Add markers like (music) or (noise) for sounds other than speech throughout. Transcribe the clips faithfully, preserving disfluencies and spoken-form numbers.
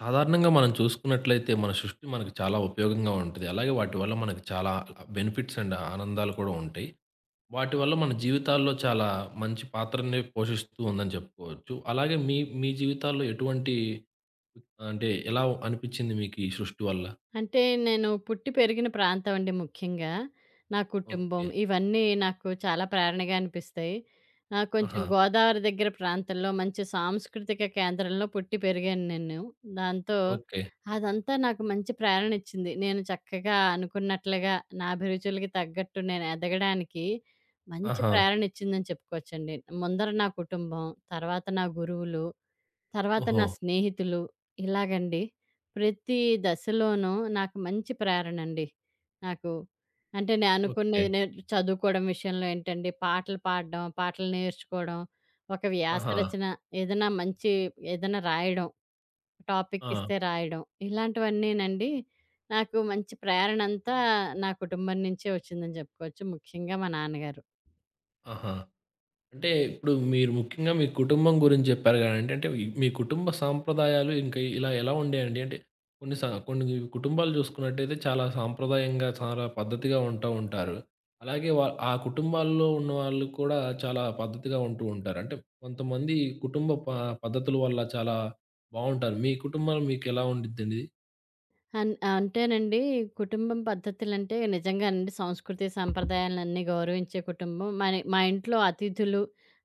సాధారణంగా మనం చూసుకున్నట్లయితే మన సృష్టి మనకు చాలా ఉపయోగంగా ఉంటది. అలాగే వాటి వల్ల మనకు చాలా బెనిఫిట్స్ అండ్ ఆనందాలు కూడా ఉంటాయి. వాటి వల్ల మన జీవితాల్లో చాలా మంచి పాత్రని పోషిస్తూ ఉందని చెప్పుకోవచ్చు. అలాగే మీ మీ జీవితాల్లో ఎటువంటి అంటే ఎలా అనిపిచ్చింది మీకు ఈ సృష్టి వల్ల? అంటే నేను పుట్టి పెరిగిన ప్రాంతం అండి ముఖ్యంగా. నా కుటుంబం ఓకే. ఇవన్నీ నాకు చాలా ప్రేరణగా అనిపిస్తాయి. ఆహ్, కొంచెం ఆహా! గోదావరి దగ్గర ప్రాంతంలో మంచి సాంస్కృతిక కేంద్రంలో పుట్టి పెరిగాను నేను. దాంతో ఓకే. అదంతా నాకు మంచి ప్రేరణ ఇచ్చింది. నేను చక్కగా అనుకున్నట్లుగా నా అభిరుచులకి తగ్గట్టు నేను ఎదగడానికి మంచి ఆహా! ప్రేరణ ఇచ్చిందని చెప్పుకోవచ్చండి. ముందర నా కుటుంబం, తర్వాత నా గురువులు, తర్వాత ఓహో! నా స్నేహితులు ఇలాగండి. ప్రతి దశలోనూ నాకు మంచి ప్రేరణండి. నాకు అంటే నేను ఓకే. అనుకున్నది, నేను చదువుకోవడం విషయంలో ఏంటండి, పాటలు పాడడం, పాటలు నేర్చుకోవడం, ఒక వ్యాస ఆహా! రచన, ఏదైనా మంచి ఏదైనా రాయడం, టాపిక్ ఆ! ఇస్తే రాయడం ఇలాంటివన్నీనండి నాకు మంచి ప్రేరణంతా నా కుటుంబం నుంచే వచ్చిందని చెప్పుకోవచ్చు. ముఖ్యంగా మా నాన్నగారు. ఆహా! అంటే ఇప్పుడు మీరు ముఖ్యంగా మీ కుటుంబం గురించి చెప్పారు కదండీ. అంటే ఈ- మీ కుటుంబ సాంప్రదాయాలు ఇంకా ఇలా ఎలా ఉండేయండి? అంటే కొన్ని స కొన్ని కుటుంబాలు చూసుకున్నట్టయితే చాలా సాంప్రదాయంగా, చాలా పద్ధతిగా ఉంటూ ఉంటారు. అలాగే వా ఆ కుటుంబాల్లో ఉన్నవాళ్ళు కూడా చాలా పద్ధతిగా ఉంటూ ఉంటారు. అంటే కొంతమంది కుటుంబ ప పద్ధతుల వల్ల చాలా బావుంటారు. మీ కుటుంబంలో మీకు ఎలా ఉండిద్దండి? అన్ అంటేనండి, కుటుంబం పద్ధతులంటే నిజంగానండి సంస్కృతి, సంప్రదాయాలన్నీ గౌరవించే కుటుంబం. మని మా ఇంట్లో అతిథులు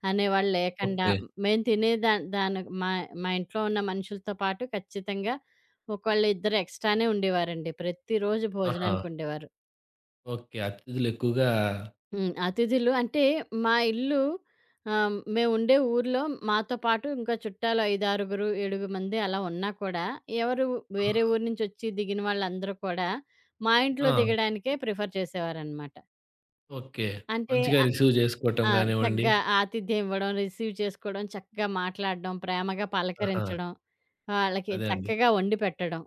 అనేవాళ్ళు లేకుండా ఓకే. మేము తినే దా దాని మా మా ఇంట్లో ఉన్న మనుషులతో పాటు ఖచ్చితంగా ఒకళ్ళు, ఇద్దరు ఎక్స్‌ట్రానే ఉండేవారండి. ప్రతిరోజు ఆహా! భోజనానికి ఉండేవారు. ఓకే. అతిథులు ఎక్కువగా హ్మ్. అతిథులు అంటే మా ఇల్లు, ఆహ్, మేముండే ఊర్లో మాతో పాటు ఇంకా చుట్టాలు ఐదు, ఆరు, ఏడు మంది అలా ఉన్నా కూడా ఎవరు వేరే ఊరు నుంచొచ్చి దిగిన వాళ్ళందరూ కూడా మా ఇంట్లో ఆ! దిగడానికే ప్రిఫర్ చేసేవారనమాట. ఓకే. అంటే మంచిగా ఆహ్, రిసీవ్ చేసుకోవటం ఆ! గానివ్వండి. చక్కగా ఆతిథ్యం ఇవ్వడం, రిసీవ్ చేసుకోవడం, చక్కగా మాట్లాడడం, ప్రేమగా ఆహా! పలకరించడం, వాళ్ళకి అదే అండి. చక్కగా వండి పెట్టడం,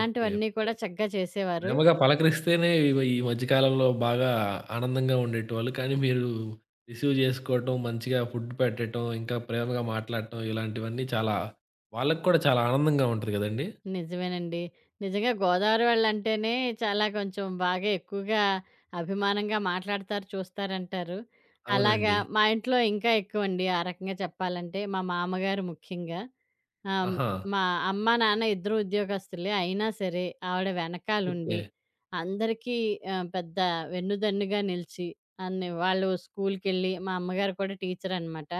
ఓకే. ప్రే కూడా చక్కగా చేసేవారు. ప్రేమగా పలకరిస్తేనే ఇవ ఈ మధ్య కాలంలో బాగా ఆనందంగా ఉండేటివాళ్ళు. కానీ మీరు రిసీవ్ చేసుకోవటం, మంచిగా ఫుడ్ పెట్టటం, ఇంకా ప్రేమగా మాట్లాడటం ఇలాంటివన్నీ చాలా వాళ్ళకి కూడా చాలా ఆనందంగా ఉంటది గదండీ! నిజమేనండి. నిజంగా గోదావరి వాళ్ళంటేనే చాలా కొంచెం బాగా ఎక్కువగా అభిమానంగా మాట్లాడతారు, చూస్తారంటారు. అలాగా అవునండి. మా ఇంట్లో ఇంకా ఎక్కువండి. ఆ రకంగా చెప్పాలంటే మా మామగారు ముఖ్యంగా. ఆహ్, ఆహా! మా అమ్మ, నాన్న ఇద్దరు ఉద్యోగస్తులే. అయినా సరే ఆవిడ ఓకే. వెనకాలుండి అందరికీ ఆహ్, పెద్ద వెన్నుదన్నుగా నిలిచి అన్ని వాళ్ళు స్కూల్‌కెళ్ళి మా అమ్మగారు కూడా టీచరనమాట.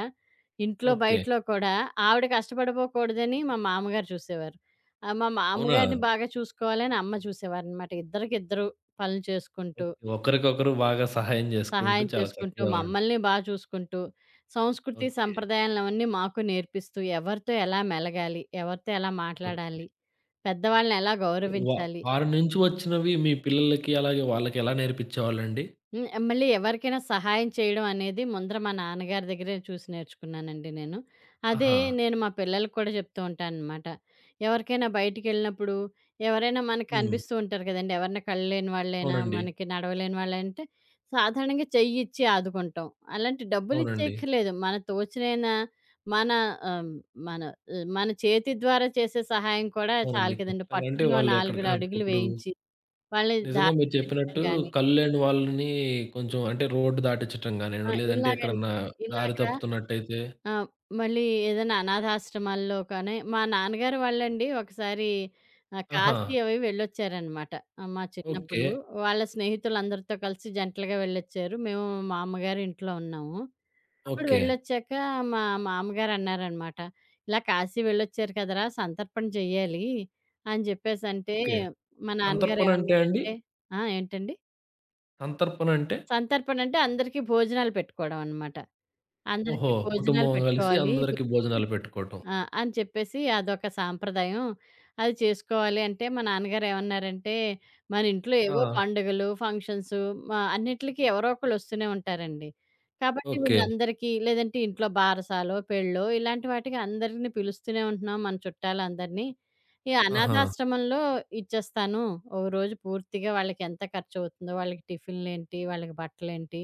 ఇంట్లో ఓకే. బయటలో కూడా ఆవిడ కష్టపడిపోకూడదని మా మామగారు చూసేవారు. ఆ! మా అవునా? మామగారిని బాగా చూసుకోవాలని అమ్మ చూసేవారనమాట. ఇద్దరికిద్దరు పనులు చేసుకుంటూ, ఓకే. ఒకరికొకరు బాగా సహాయం జేసుకుంటూ సహాయం చాలా చేసుకుంటూ, చక్కగా ఉంటది. మమ్మల్ని బా చూసుకుంటూ, సంస్కృతి, ఓకే. సంప్రదాయాలవన్నీ మాకు నేర్పిస్తూ, ఎవరితో ఎలా మెలగాలి? ఎవరితో ఎలా ఓకే. మాట్లాడాలి? పెద్దవాళ్ళని ఎలా వా గౌరవించాలి? వారి నుంచి వచ్చినవి మీ పిల్లలకి అలాగే వాళ్ళకి ఎలా నేర్పించేవాళ్ళండి? హ్మ్. మళ్ళీ ఎవరికైనా సహాయం చేయడం అనేది ముందర మా నాన్నగారి దగ్గరే చూసి నేర్చుకున్నానండి నేను. అదే ఆహా! నేను మా పిల్లలకి కూడా చెప్తూ ఉంటాననమాట. ఎవరికైనా బయటికెళ్ళినప్పుడు ఎవరైనా మనకు హ్మ్. కనిపిస్తూ ఉంటారు కదండీ! ఎవరైనా కళ్ళు లేని వాళ్ళైనా, అవునండి. మనకి నడవలేని వాళ్ళంటే సాధారణంగా చెయ్యిచ్చి ఆదుకుంటాం. అలాంటి అవునండి. డబ్బులిచ్చేయక్కర్లేదు. మన తోచినైన మన ఆహ్, మన ఆహ్, మన చేతి ద్వారా చేసే సహాయం కూడా అవునండి. చాలు కదండీ! ఖచ్చితంగా. అంటే పట్టుకుని ఓ వాళ్ళు ఎక్కడ నాలుగు ఆహ్, అడుగులు ఇప్పుడు వేయించి వాళ్ళని నిజంగా దారి మీరు చూపించడం చెప్పినట్టు గాని కళ్ళులేని వాళ్ళని కొంచెం అంటే రోడ్డు దాటిచ్చటం ఆ! గానియండి, లేదంటే ఇలాగండి. ఎక్కడన్నా దారి ఇలాగా తప్పుతున్నట్టయితే ఆహ్, మళ్ళీ ఏదైనా అనాథాశ్రమాల్లో కానీ మా నాన్నగారు వాళ్ళండి ఒకసారి ఆహ్, ఆహా! కాశీ అవి వెళ్ళొచ్చారనమాట. ఆహ్, మా ఓకే. చిన్నప్పుడు. వాళ్ళ స్నేహితులందరితో కలిసి జంటలుగా వెళ్ళొచ్చారు. మేము మా అమ్మగారి ఇంట్లో ఉన్నాము. అప్పుడు ఓకే. వెళ్ళొచ్చాక మా మామగారు అన్నారనమాట, "ఇలా కాశీ వెళ్ళొచ్చారు కదరా! సంతర్పణ చెయ్యాలి" అని చెప్పేసంటే ఓకే. మా నాన్నగారు సంతర్పణ అంటే అండి? ఏమన్నారంటే ఆ! ఏంటండి? సంతర్పణ అంటే? సంతర్పణ అంటే అందరికీ భోజనాలు పెట్టుకోవడం అనమాట. అందరికి ఓహో! భోజనాలు కుటుంబం కలిసి పెట్టుకోవాలి. అందరికి భోజనాలు పెట్టుకోవటం. ఆ! అని చెప్పేసి అదొక సాంప్రదాయం. అది చేసుకోవాలి అంటే మా నాన్నగారు ఏమన్నారంటే, "మన ఇంట్లో ఆ! ఏవో పండుగలు, ఫంక్షన్స్ మా అన్నిట్లికి ఎవరో ఒకళ్ళు వస్తూనే ఉంటారండి. కాబట్టి ఓకే. వీళ్ళందరికీ లేదంటే ఇంట్లో బారసాలో, పెళ్ళో ఇలాంటి వాటికి అందరిని పిలుస్తూనే ఉంటున్నాం మన చుట్టాలందరినీ. ఈ ఆహా! అనాథాశ్రమంలో ఇచ్చేస్తాను. ఒక రోజు పూర్తిగా వాళ్ళకి ఎంత ఖర్చవుతుందో, వాళ్ళకి టిఫిన్‌లేంటి, వాళ్ళకి బట్టలేంటి,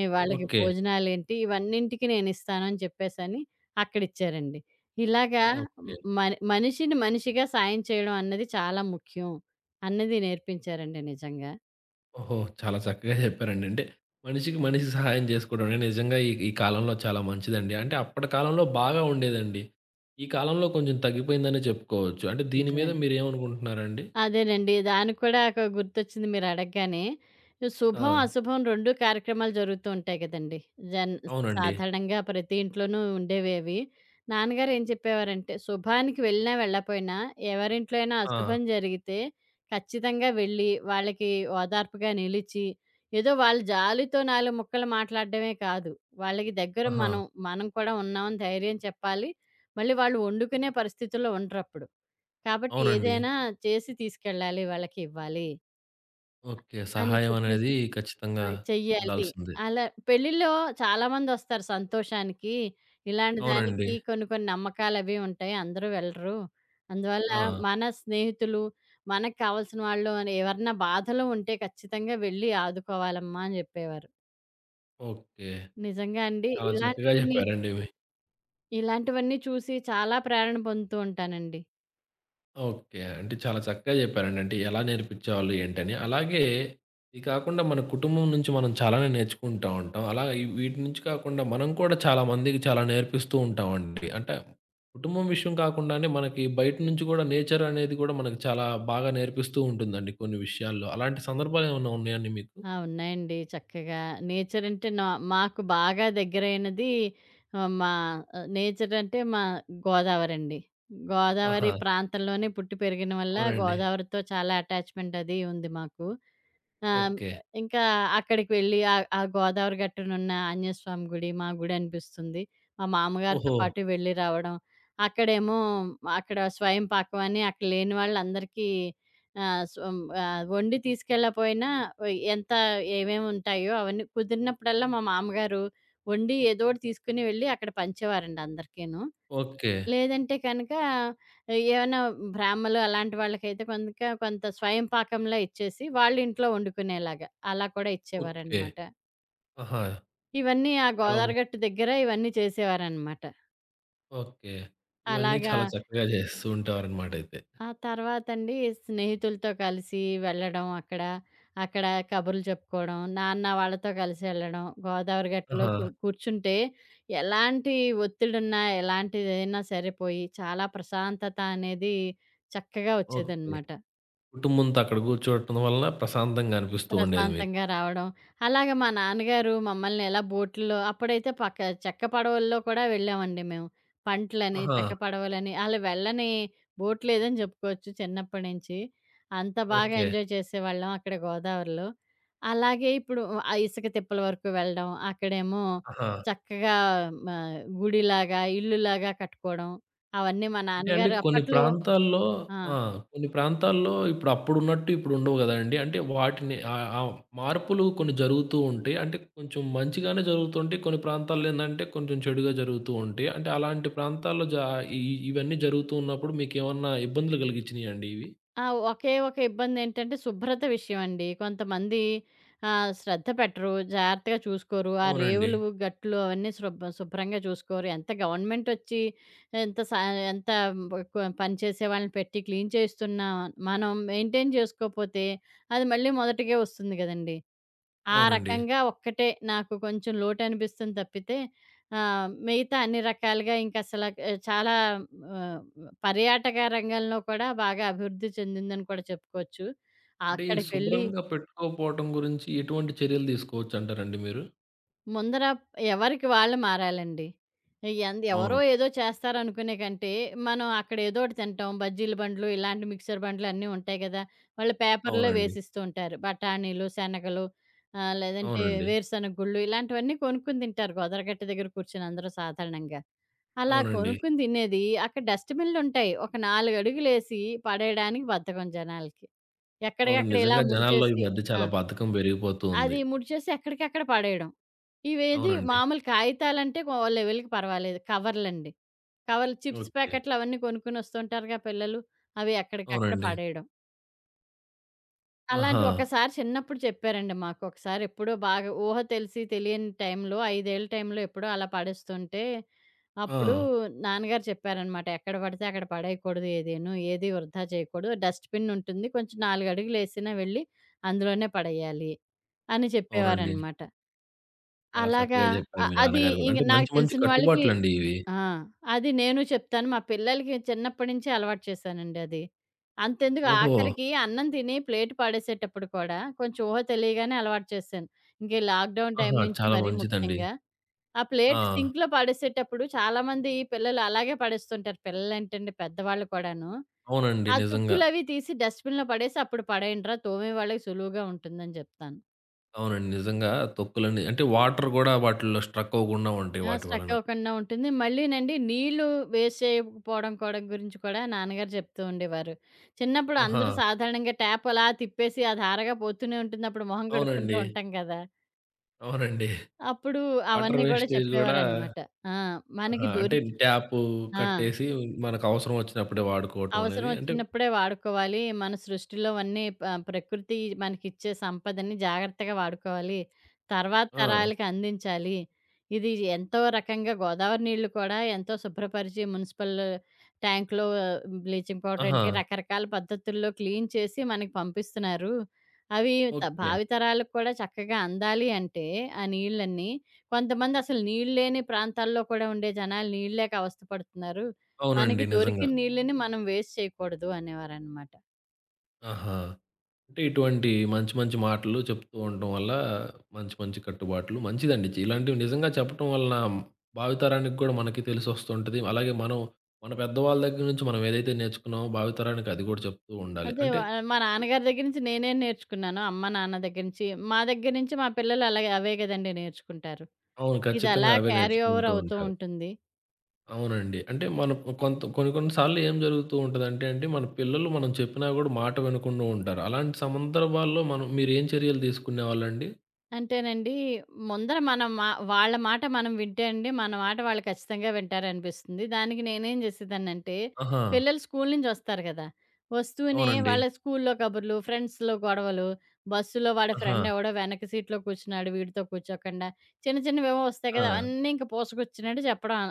ఈ వాళ్ళకి ఓకే. భోజనాలేంటి ఇవన్నింటికి నేనిస్తాను" అని చెప్పేసని అక్కడిచ్చారండి. ఇలాగా ఓకే. మని మనిషిని మనిషిగా సాయం చేయడం అన్నది చాలా ముఖ్యం అన్నది నేర్పించారండి నిజంగా. ఓహో! చాలా చక్కగా చెప్పారండి. అంటే మనిషికి మనిషి సహాయం చేసుకోవడమే నిజంగా ఈ ఈ కాలంలో చాలా మంచిదండి. అంటే అప్పటి కాలంలో బాగా ఉండేదండి. ఈ కాలంలో కొంచెం తగ్గిపోయిందనే చెప్పుకోవచ్చు. అంటే దీని నిజమే. మీద మీరేమనుకుంటున్నారండి? అదేనండి. దానికి కూడా ఒక గుర్తొచ్చింది మీరడగగానే. ఆ! శుభం, అశుభం రెండు కార్యక్రమాలు జరుగుతూ ఉంటాయి కదండీ. జన్ అవునండి. సాధారణంగా ప్రతి ఇంట్లోనూ ఉండేవే అవి. నాన్నగారు ఏం చెప్పేవారంటే, శుభానికి వెళ్ళినా వెళ్ళపోయినా ఎవరింట్లో అయినా ఆ! అశుభం జరిగితే ఖచ్చితంగా వెళ్ళి వాళ్ళకి ఓదార్పుగా నిలిచి, ఏదో వాళ్ళ జాలితో నాలుగు ముక్కలు మాట్లాడడమే కాదు. వాళ్ళకి దగ్గర ఆహా! మనం, మనం కూడా ఉన్నామని ధైర్యం చెప్పాలి. మళ్ళీ వాళ్ళు వండుకునే పరిస్థితుల్లో ఉండరప్పుడు. కాబట్టి అవునండి. ఏదైనా చేసి తీసుకెళ్ళాలి, వాళ్ళకివ్వాలి ఓకే. అని సహాయం చెప్పేసి అనేది ఆ! ఖచ్చితంగా చెయ్యాలి. ఉండాల్సిందే. అలా పెళ్ళిలో చాలామందొస్తారు సంతోషానికి. ఇలాంటి అవునండి. దానికి కొన్ని కొన్ని నమ్మకాలవి ఉంటాయి. అందరూ వెళ్ళరు. అందువల్ల ఆ! మన స్నేహితులు, మనకు కావాల్సిన వాళ్ళు అని ఎవరన్నా బాధలో ఉంటే ఖచ్చితంగా వెళ్ళి ఆదుకోవాలమ్మా అని చెప్పేవారు. ఓకే. నిజంగా అండి. చాలా చక్కగా ఇలాంటివన్నీ చెప్పారండి. ఇలాంటివన్నీ చూసి చాలా ప్రేరణ పొందుతూ ఉంటానండి. ఓకే. అంటే చాలా చక్కగా చెప్పారండి. అంటే ఎలా నేర్పించేవాళ్ళు ఏంటని. అలాగే ఇది కాకుండా మన కుటుంబం నుంచి మనం చాలానే నేర్చుకుంటా ఉంటాం. అలా ఈ వీటి నుంచి కాకుండా మనం కూడా చాలా మందికి చాలా నేర్పిస్తూ ఉంటామండి. అంటే కుటుంబం విషయం కాకుండానే మనకి బయట నుంచి కూడా నేచర్ అనేది కూడా మనకు చాలా బాగా నేర్పిస్తూ ఉంటుందండి కొన్ని విషయాల్లో. అలాంటి సందర్భాలు ఏమన్నా ఉన్నాయండి మీకు? ఆ! ఉన్నాయండి చక్కగా. నేచర్ అంటే నా మాకు బాగా దగ్గరైనది ఆహ్, మా ఆహ్, నేచర్ అంటే మా గోదావరండి. గోదావరి ఆహా! ప్రాంతంలోనే పుట్టి పెరిగిన వల్ల అవునండి. గోదావరితో చాలా అటాచ్‌మెంట్ అది ఉంది మాకు. ఆహ్, ఓకే. ఇంకా అక్కడికి వెళ్ళి ఆహ్, ఆ గోదావరి గట్టునున్న ఆంజనేయస్వామి గుడి మా గుడి అనిపిస్తుంది. మా మామగారితో ఓహో! పాటు వెళ్ళి రావడం. అక్కడేమో అక్కడ స్వయం పాకం అని అక్కడ లేని వాళ్ళందరికీ ఆహ్, స్ హ్మ్, ఆహ్, వండి తీసుకెళ్ళకపోయినా ఎంత ఏమేమి ఉంటాయో అవన్నీ కుదిరినప్పుడల్లా మా మామగారు వండి ఏదోకటి తీసుకొని వెళ్ళి అక్కడ పంచేవారండి అందరికీను. ఓకే. లేదంటే కనుక ఏవన్నా బ్రాహ్మలు అలాంటి వాళ్ళకైతే కొంక కొంత స్వయం పాకంలా ఇచ్చేసి, వాళ్ళింట్లో వండుకునేలాగా అలా కూడా ఓకే. ఇచ్చేవారనమాట. ఆహా! ఇవన్నీ ఆ అలా గోదావరి గట్టు దగ్గర ఇవన్నీ చేసేవారనమాట. ఓకే. ఇవన్నీ అలాగా చాలా చక్కగా చేస్తూ ఉంటారనమాటయితే. ఆ తర్వాతండి స్నేహితులతో కలిసి వెళ్ళడం అక్కడ. అక్కడ కబుర్లు చెప్పుకోవడం, నాన్న వాళ్ళతో కలిసి ఎళ్ళడం, గోదావరి గట్టులో ఆహా! కు కూర్చుంటే ఎలాంటి ఒత్తిడున్నా, ఎలాంటిదైనా సరే పోయి చాలా ప్రశాంతత అనేది చక్కగా ఓకే. వచ్చేదనమాట. కుటుంబంతో అక్కడ కూర్చోవటం వలన ప్రశాంతంగా అనిపిస్తూ ఉండేది మీకు. ప్రశాంతంగా రావడం. అలాగే మా నాన్నగారు మమ్మల్ని ఎలా బోట్‌లో అప్పుడైతే పక్క చెక్క పడవల్లో కూడా వెళ్ళామండి మేము. పంట్లని, ఆహా! చెక్క పడవలని ఆళ్ళు వెళ్ళని బోట్ లేదని జెప్పుకోవచ్చు చిన్నప్పటి నుంచి. అంత బాగా ఓకే. ఎంజాయ్ చేసేవాళ్ళం అక్కడ గోదావరిలో. అలాగే ఇప్పుడు ఆ ఇసుక తిప్పల వరకు వెళ్ళడం. అక్కడేమో ఆహా! చక్కగా మ గుడిలాగా, ఇల్లులాగా కట్టుకోవడం. అవన్నీ మా అంటే అండి నాన్నగారు కొన్ని అప్పట్లో ప్రాంతాల్లో ఆ! ఆ! కొన్ని ప్రాంతాల్లో ఇప్పుడు అప్పుడున్నట్టు ఇప్పుడు ఉండవు గదండీ. అంటే వాటిని ఆహ్, ఆ మార్పులు కొన్ని జరుగుతూ ఉంటాయి. అంటే కొంచెం మంచిగానే జరుగుతుంటాయి. కొన్ని ప్రాంతాల్లో ఏందంటే కొంచెం చెడుగా జరుగుతూ ఉంటాయి. అంటే అలాంటి ప్రాంతాల్లో జా ఈ ఇవన్నీ జరుగుతూ ఉన్నప్పుడు మీకేమన్నా ఇబ్బందులు కలిగించినాయండి ఇవి? ఆ! ఒకే ఒక ఇబ్బందేంటంటే శుభ్రత విషయమండి. కొంతమంది ఆహ్, శ్రద్ధ పెట్టరు. జాగ్రత్తగా చూసుకోరు. ఆ అవునండి. రేవులు, గట్లు అవన్నీ శుభ్ శుభ్రంగా చూసుకోరు. ఎంత గవర్నమెంటొచ్చి ఎంత సా ఎంత బ పని చేసే వాళ్ళని పెట్టి క్లీన్ చేస్తున్నా మనం మెయింటైన్ చేసుకోపోతే అది మళ్ళీ మొదటికే వస్తుంది గదండీ! ఆ అవునండి. రకంగా ఒక్కటే నాకు కొంచెం లోటనిపిస్తుంది తప్పితే, ఆహ్, మిగతా అన్ని రకాలుగా ఇంకసల ఆహ్, చాలా ఆహ్, పర్యాటక రంగంలో కూడా బాగా అభివృద్ధి చెందిందని కూడా చెప్పుకోవచ్చు. అంటే ఈ అక్కడికెళ్ళి శుభ్రంగా పెట్టుకోకపోవటం గురించి ఎటువంటి చర్యలు తీసుకోవచ్చంటారండి మీరు? ముందర ఎవరికి వాళ్ళు మారాలండి. ఎంద్ ఎవరో అవును. ఏదో చేస్తారనుకునే కంటే, మనం అక్కడ ఏదో ఒకటి తింటాం. బజ్జీల బండ్లు, ఇలాంటి మిక్చర్ బండ్లు అన్నీ ఉంటాయి కదా! వాళ్ళు పేపర్‌లో అవునండి. వేసిస్తూ ఉంటారు. బఠానీలు, శనగలు, ఆహ్, లేదంటే అవునండి. వేరుశనగ గుళ్ళు ఇలాంటివన్నీ కొనుక్కొని తింటారు. గోదరగట్ట దగ్గర కూర్చొని అందరూ సాధారణంగా. అలా అవునండి. కొనుక్కొని తినేది అక్కడ డస్ట్‌బిన్‌లుంటాయి. ఒక నాలుగు అడుగులేసి పడేయడానికి బద్ధకం జనాలకి. అవునండి. ఎక్కడికక్కడ ఇలా నిజంగా జనాల్లో ఈ ముడిచేసి మధ్య ఆ! చాలా బద్ధకం పెరిగిపోతూ అది ఉంది. ముడిచేసి ఎక్కడికక్కడ పడేయడం. ఇవేది అవునండి. మామూలు కాగితాలంటే ఓ లెవెల్‌కి పర్వాలేదు. కవర్లండి. కవర్లు, చిప్స్ ఓకే. ప్యాకెట్లు అవన్నీ కొనుక్కొనొస్తుంటారుగా పిల్లలు. అవి ఎక్కడికక్కడ అవునండి. పడేయడం. ఆహా! అలాంటివి ఒకసారి చిన్నప్పుడు చెప్పారండి మాకు. ఒకసారి ఎప్పుడో బాగా ఊహ తెలిసి తెలియని టైంలో ఐదు ఏళ్ల టైంలో ఎప్పుడో అలా పడేస్తుంటే, ఆ! అప్పుడు నాన్నగారు చెప్పారనమాట. ఎక్కడ పడితే అక్కడ పడేయకూడదు ఏదీను. ఏది వృధా చేయకూడదు. డస్ట్‌బిన్ ఉంటుంది. కొంచెం నాలుగు అడుగులేసినా వెళ్లి అందులోనే పడేయాలి అని అవునండి. చెప్పేవారనమాట. చాలా అలాగా. చక్కగా చెప్పారు అ మీ అది నాన్నగారు గూడా. ఇంక అంటే నాకు మంచి మంచి తెలిసిన వాళ్ళకి కట్టుబాట్లండి ఇవి. ఆ! అది నేను చెప్తాను. మా పిల్లలకి చిన్నప్పటి నుంచే అలవాటు చేశానండి అది. అంతెందుకు ఓహో! ఆఖరికి అన్నం తిని ప్లేట్ పడేసేటప్పుడు కూడా కొంచెం ఊహ తెలియగానే అలవాటు చేశాను. ఇంక ఈ లాక్‌డౌన్ టైం ఆహా! నుంచి చాలా మరీ మంచిదండి. ముఖ్యంగా. ఆ ప్లేట్ ఆ! సింక్‌లో పడేసేటప్పుడు చాలామంది పిల్లలు అలాగే పడేస్తుంటారు. పిల్లలేంటండి పెద్దవాళ్ళు కూడాను. అవునండి. ఆ నిజంగా. తుక్కులవి తీసి డస్ట్‌బిన్‌లో పడేసి అప్పుడు పడేయండిరా, తోమే వాళ్ళకి సులువుగా ఉంటుందని జెప్తాను. అవునండి. నిజంగా తొక్కులన్నీ అంటే వాటర్ గూడా వాటిల్లో స్ట్రక్ అవ్వకుండా ఉంటాయి ఆ! వాటి స్ట్రక్ వలన. అవ్వకుండా ఉంటుంది. మళ్ళీనండి నీళ్లు వేస్ట్ చేయకపోవడం కూడా గురించి కూడా నాన్నగారు చెప్తూ ఉండేవారు. చిన్నప్పుడు ఆహా! అందరూ సాధారణంగా ట్యాప్ అలా తిప్పేసి అది ఆరగా పోతూనే ఉంటుంది. అప్పుడు మొహం కడుక్కుంటూ అవునండి. ఉంటాం కదా! అవునండి. అప్పుడు వాటర్ అవన్నీ కూడా వేస్టేజ్ గూడా చెప్పేవారనమాట. ఆ! మనకి ఆహా! అంటే దొరికి ట్యాపు ఆ! కట్టేసి మనకవసరం వచ్చినప్పుడే వాడుకోవటం అవసరం అనేది అంటే వచ్చినప్పుడే వాడుకోవాలి. మన సృష్టిలోవన్నీ ప ప్రకృతి మనకిచ్చే సంపదని జాగ్రత్తగా వాడుకోవాలి. తర్వాత ఆ! తరాలకి అందించాలి. ఇది ఎంతో రకంగా గోదావరి నీళ్ళు కూడా ఎంతో శుభ్రపరిచి మున్సిపల్ ట్యాంక్‌లో బ్లీచింగ్ పౌడర్ ఆహా! ఏంటి రకరకాల పద్ధతుల్లో క్లీన్ చేసి మనకి పంపిస్తున్నారు. అవి త ఓకే. భావితరాలకు కూడా చక్కగా అందాలి అంటే ఆ నీళ్ళన్నీ కొంతమంది అసలు నీళ్ళు లేని ప్రాంతాల్లో కూడా ఉండే జనాలు నీళ్ళు లేక అవస్థ పడుతున్నారు. మనకి అవునండి. నిజంగా. దొరికిన నీళ్ళని మనం వేస్ట్ చేయకూడదు అనేవారనమాట. ఆహా! అంటే ఇటువంటి మంచి మంచి మాటలు చెప్తూ ఉండటం వల్ల మంచి మంచి కట్టుబాట్లు మంచిదండి. ఇలాంటివి నిజంగా చెప్పటం వలన భావితరానికి కూడా మనకి తెలిసొస్తుంటది. అలాగే మనం మన పెద్దవాళ్ళ దగ్గర నుంచి మనం ఏదైతే నేర్చుకున్నామో భావితరానికి అది గూడా చెప్తూ ఉండాలి. అదే వ అంటే మా నాన్నగారి దగ్గర నుంచి నేనే నేర్చుకున్నాను. అమ్మ, నాన్న దగ్గర నుంచి. మా దగ్గర నుంచి మా పిల్లలు అలాగే అవే గదండీ నేర్చుకుంటారు. అవును. ఇదలా ఖచ్చితంగా అవే క్యారీ ఓవర్ నేర్చుకుంటూ అవుతూ ఉంటారు. ఉంటుంది. అవునండి. అంటే మనం కొంత కొన్ని కొన్ని సార్లు ఏం జరుగుతూ ఉంటదంటే అండి, మన పిల్లలు మనం చెప్పినా గూడా మాట వినకుండా ఉంటారు. అలాంటి సందర్భాల్లో మనం మీరేం చర్యలు తీసుకునేవాళ్ళండి? అంటేనండి, ముందర మనం మా వాళ్ళ మాట మనం వింటే అండి, మన మాట వాళ్ళు ఖచ్చితంగా వింటారనిపిస్తుంది. దానికి నేనేం జేసేదాన్నంటే, ఆహా! పిల్లలు స్కూలు నుంచొస్తారు గదా! వస్తూనే అవునండి. వాళ్ళ స్కూల్లో కబుర్లు, ఫ్రెండ్స్‌లో గొడవలు, బస్సులో వాడి ఆహా! ఫ్రెండెవడో వెనక సీట్‌లో కూర్చున్నాడు, వీడితో కూర్చోకుండా, చిన్న చిన్నవేవో వస్తాయి ఆ! గదా! అవన్నీ ఇంక పూసగుచ్చినట్టు చెప్పడం.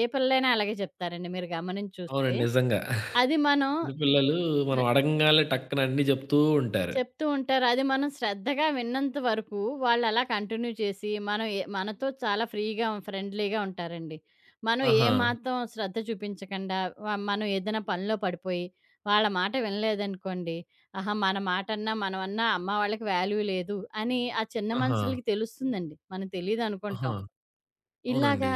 ఏ పిల్లలైనా అలాగే చెప్తారండి మీరు గమనించి చూస్తే. అవునండి. నిజంగా. అది మనం చిన్న పిల్లలు మనం అడగంగాల్నే టక్కన అన్నీ జెప్తూ ఉంటారు. చెప్తూ ఉంటారు. అది మనం శ్రద్ధగా విన్నంత వరకు వాళ్ళలా కంటిన్యూ చేసి, మనం ఎ మనతో చాలా ఫ్రీగా, ఫ్రెండ్లీగా ఉంటారండి. మనం ఆహా! ఏమాత్రం శ్రద్ధ చూపించకుండా వ మనం ఏదైనా పనిలో పడిపోయి, వాళ్ళ మాట వినలేదనుకోండి, ఆహా! మన మాటన్నా, మనమన్నా అమ్మ వాళ్ళకి వాల్యూ లేదు అని ఆ చిన్న ఆహా! మనుషులకి తెలుస్తుందండి. మనం ఆహా! తెలీదనుకుంటాం. ఇలాగా అవునండి.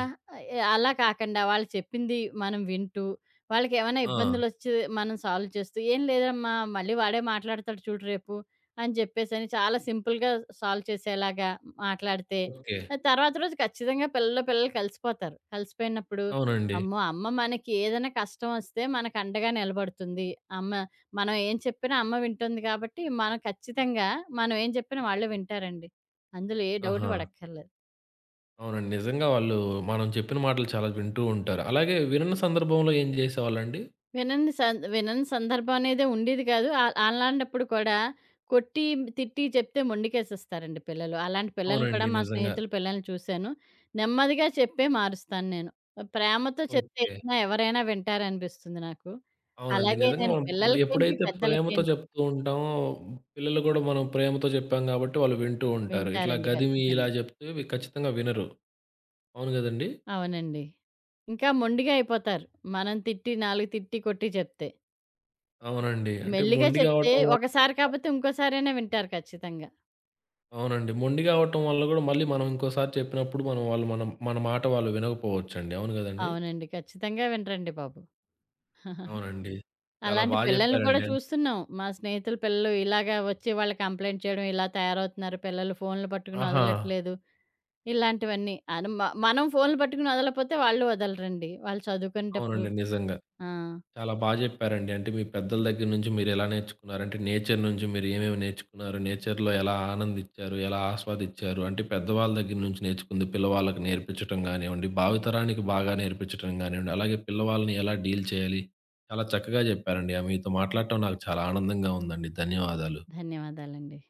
ఎ అలా కాకండా వాళ్ళు చెప్పింది మనం వింటూ, వాళ్ళకేమైనా ఆ! ఇబ్బందులొచ్చి మనం సాల్వ్ చేస్తూ, "ఏం లేదమ్మా మళ్ళీ వాడే మాట్లాడతాడు చూడు రేపు" అని చెప్పేసని చాలా సింపుల్‌గా సాల్వ్ చేసేలాగా మాట్లాడితే, ఓకే. ఆహ్, తర్వాత రోజు ఖచ్చితంగా పిల్లలు, పిల్లలు కలిసిపోతారు. కలిసిపోయినప్పుడు, అవునండి. అమ్మో! అమ్మ మనకి ఏదైనా కష్టమొస్తే మనకు అండగా నిలబడుతుంది. అమ్మ మనం ఏం చెప్పినా అమ్మ వింటుంది కాబట్టి, మనం ఖచ్చితంగా మనం ఏం చెప్పినా వాళ్ళు వింటారండి. అందులో ఏ డౌట్ ఆహా! పడక్కర్లేదు. అవునండి. నిజంగా వాళ్ళు మనం చెప్పిన మాటలు చాలా వింటూ ఉంటారు. అలాగే వినని సందర్భంలో ఏం జేసేవాళ్ళండి? వినని సం వినని సందర్భం అనేదే ఉండేది కాదు. ఆహ్, అలాంటప్పుడు కూడా కొట్టి, తిట్టి చెప్తే మొండికేసేస్తారండి పిల్లలు. అలాంటి పిల్లల్ని కూడా అవునండి. మా నిజంగా. స్నేహితుల పిల్లల్ని చూశాను. నెమ్మదిగా చెప్పే మారుస్తాను నేను. ప్రేమతో చెప్తే ఓకే. ఏదైనా ఎవరైనా వింటారనిపిస్తుంది నాకు. అవునండి. అలాగే నిజంగా నేను మనం పిల్లలకేంటి, ఎప్పుడైతే ప్రేమతో పెద్దలకేంటి చెప్తూ ఉంటామో, పిల్లలు గూడా మనం ప్రేమతో చెప్పాం గాబట్టి వాళ్ళు వింటూ ఉంటారు. ఇట్లా వింటారండి గదిమి ఇలా ఖచ్చితంగా. జెప్తే వి ఖచ్చితంగా వినరు. అవును గదండీ! అవునండి. ఇంకా మొండిగా అయిపోతారు. మనం తిట్టి, నాలుగు తిట్టి, కొట్టి చెప్తే. అవునండి. అంటే మెల్లిగా మొండిగా చెప్తే అవ్వటం వల్ల ఒకసారి కాకపోతే ఇంకోసారైనా వింటారు ఖచ్చితంగా. అవునండి. మొండిగా అవ్వటం వల్ల గూడా మళ్ళీ మనం ఇంకోసారి చెప్పినప్పుడు మనం వాళ్ళు మనం మన మాట వాళ్ళు వినకపోవచ్చండి. అవును గదండీ! అవునండి. ఖచ్చితంగా వినరండి బాబు. (laughs) అవునండి. చాలా అలాంటి బా పిల్లల్ని కూడా జెప్పారండి. చూస్తున్నాం. మా స్నేహితుల పిల్లలు ఇలాగా వచ్చి వాళ్ళు కంప్లెయింట్ చేయడం, ఇలా తయారవుతున్నారు పిల్లలు ఫోన్‌లు పట్టుకుని ఆహా! ఒదలట్లేదు. ఇలాంటివన్నీ. అను మ మనం ఫోన్‌లు పట్టుకుని ఒదలకపోతే వాళ్ళు ఒదలరండి. వాళ్ళు చదువుకునేటప్పుడు. అవునండి. నిజంగా. ఆ! చాలా బాగా చెప్పారండి. అంటే మీ పెద్దల దగ్గర నుంచి మీరెలా నేర్చుకున్నారు? అంటే నేచర్ నుంచి మీరు ఏమేమి నేర్చుకున్నారు? నేచర్‌లో ఎలా ఆనందించారు? ఎలా ఆస్వాదించారు? అంటే పెద్దవాళ్ళ దగ్గర నుంచి నేర్చుకుంది పిల్లవాళ్ళకి నేర్పించటం గానివ్వండి, భావితరానికి బాగా నేర్పించటం గానివ్వండి, అలాగే పిల్లవాళ్ళని ఎలా డీల్ చేయాలి? చాలా చక్కగా చెప్పారండి. ఆహ్, మీతో మాట్లాడటం నాకు చాలా ఆనందంగా ఉందండి. ధన్యవాదాలు. ధన్యవాదాలండి.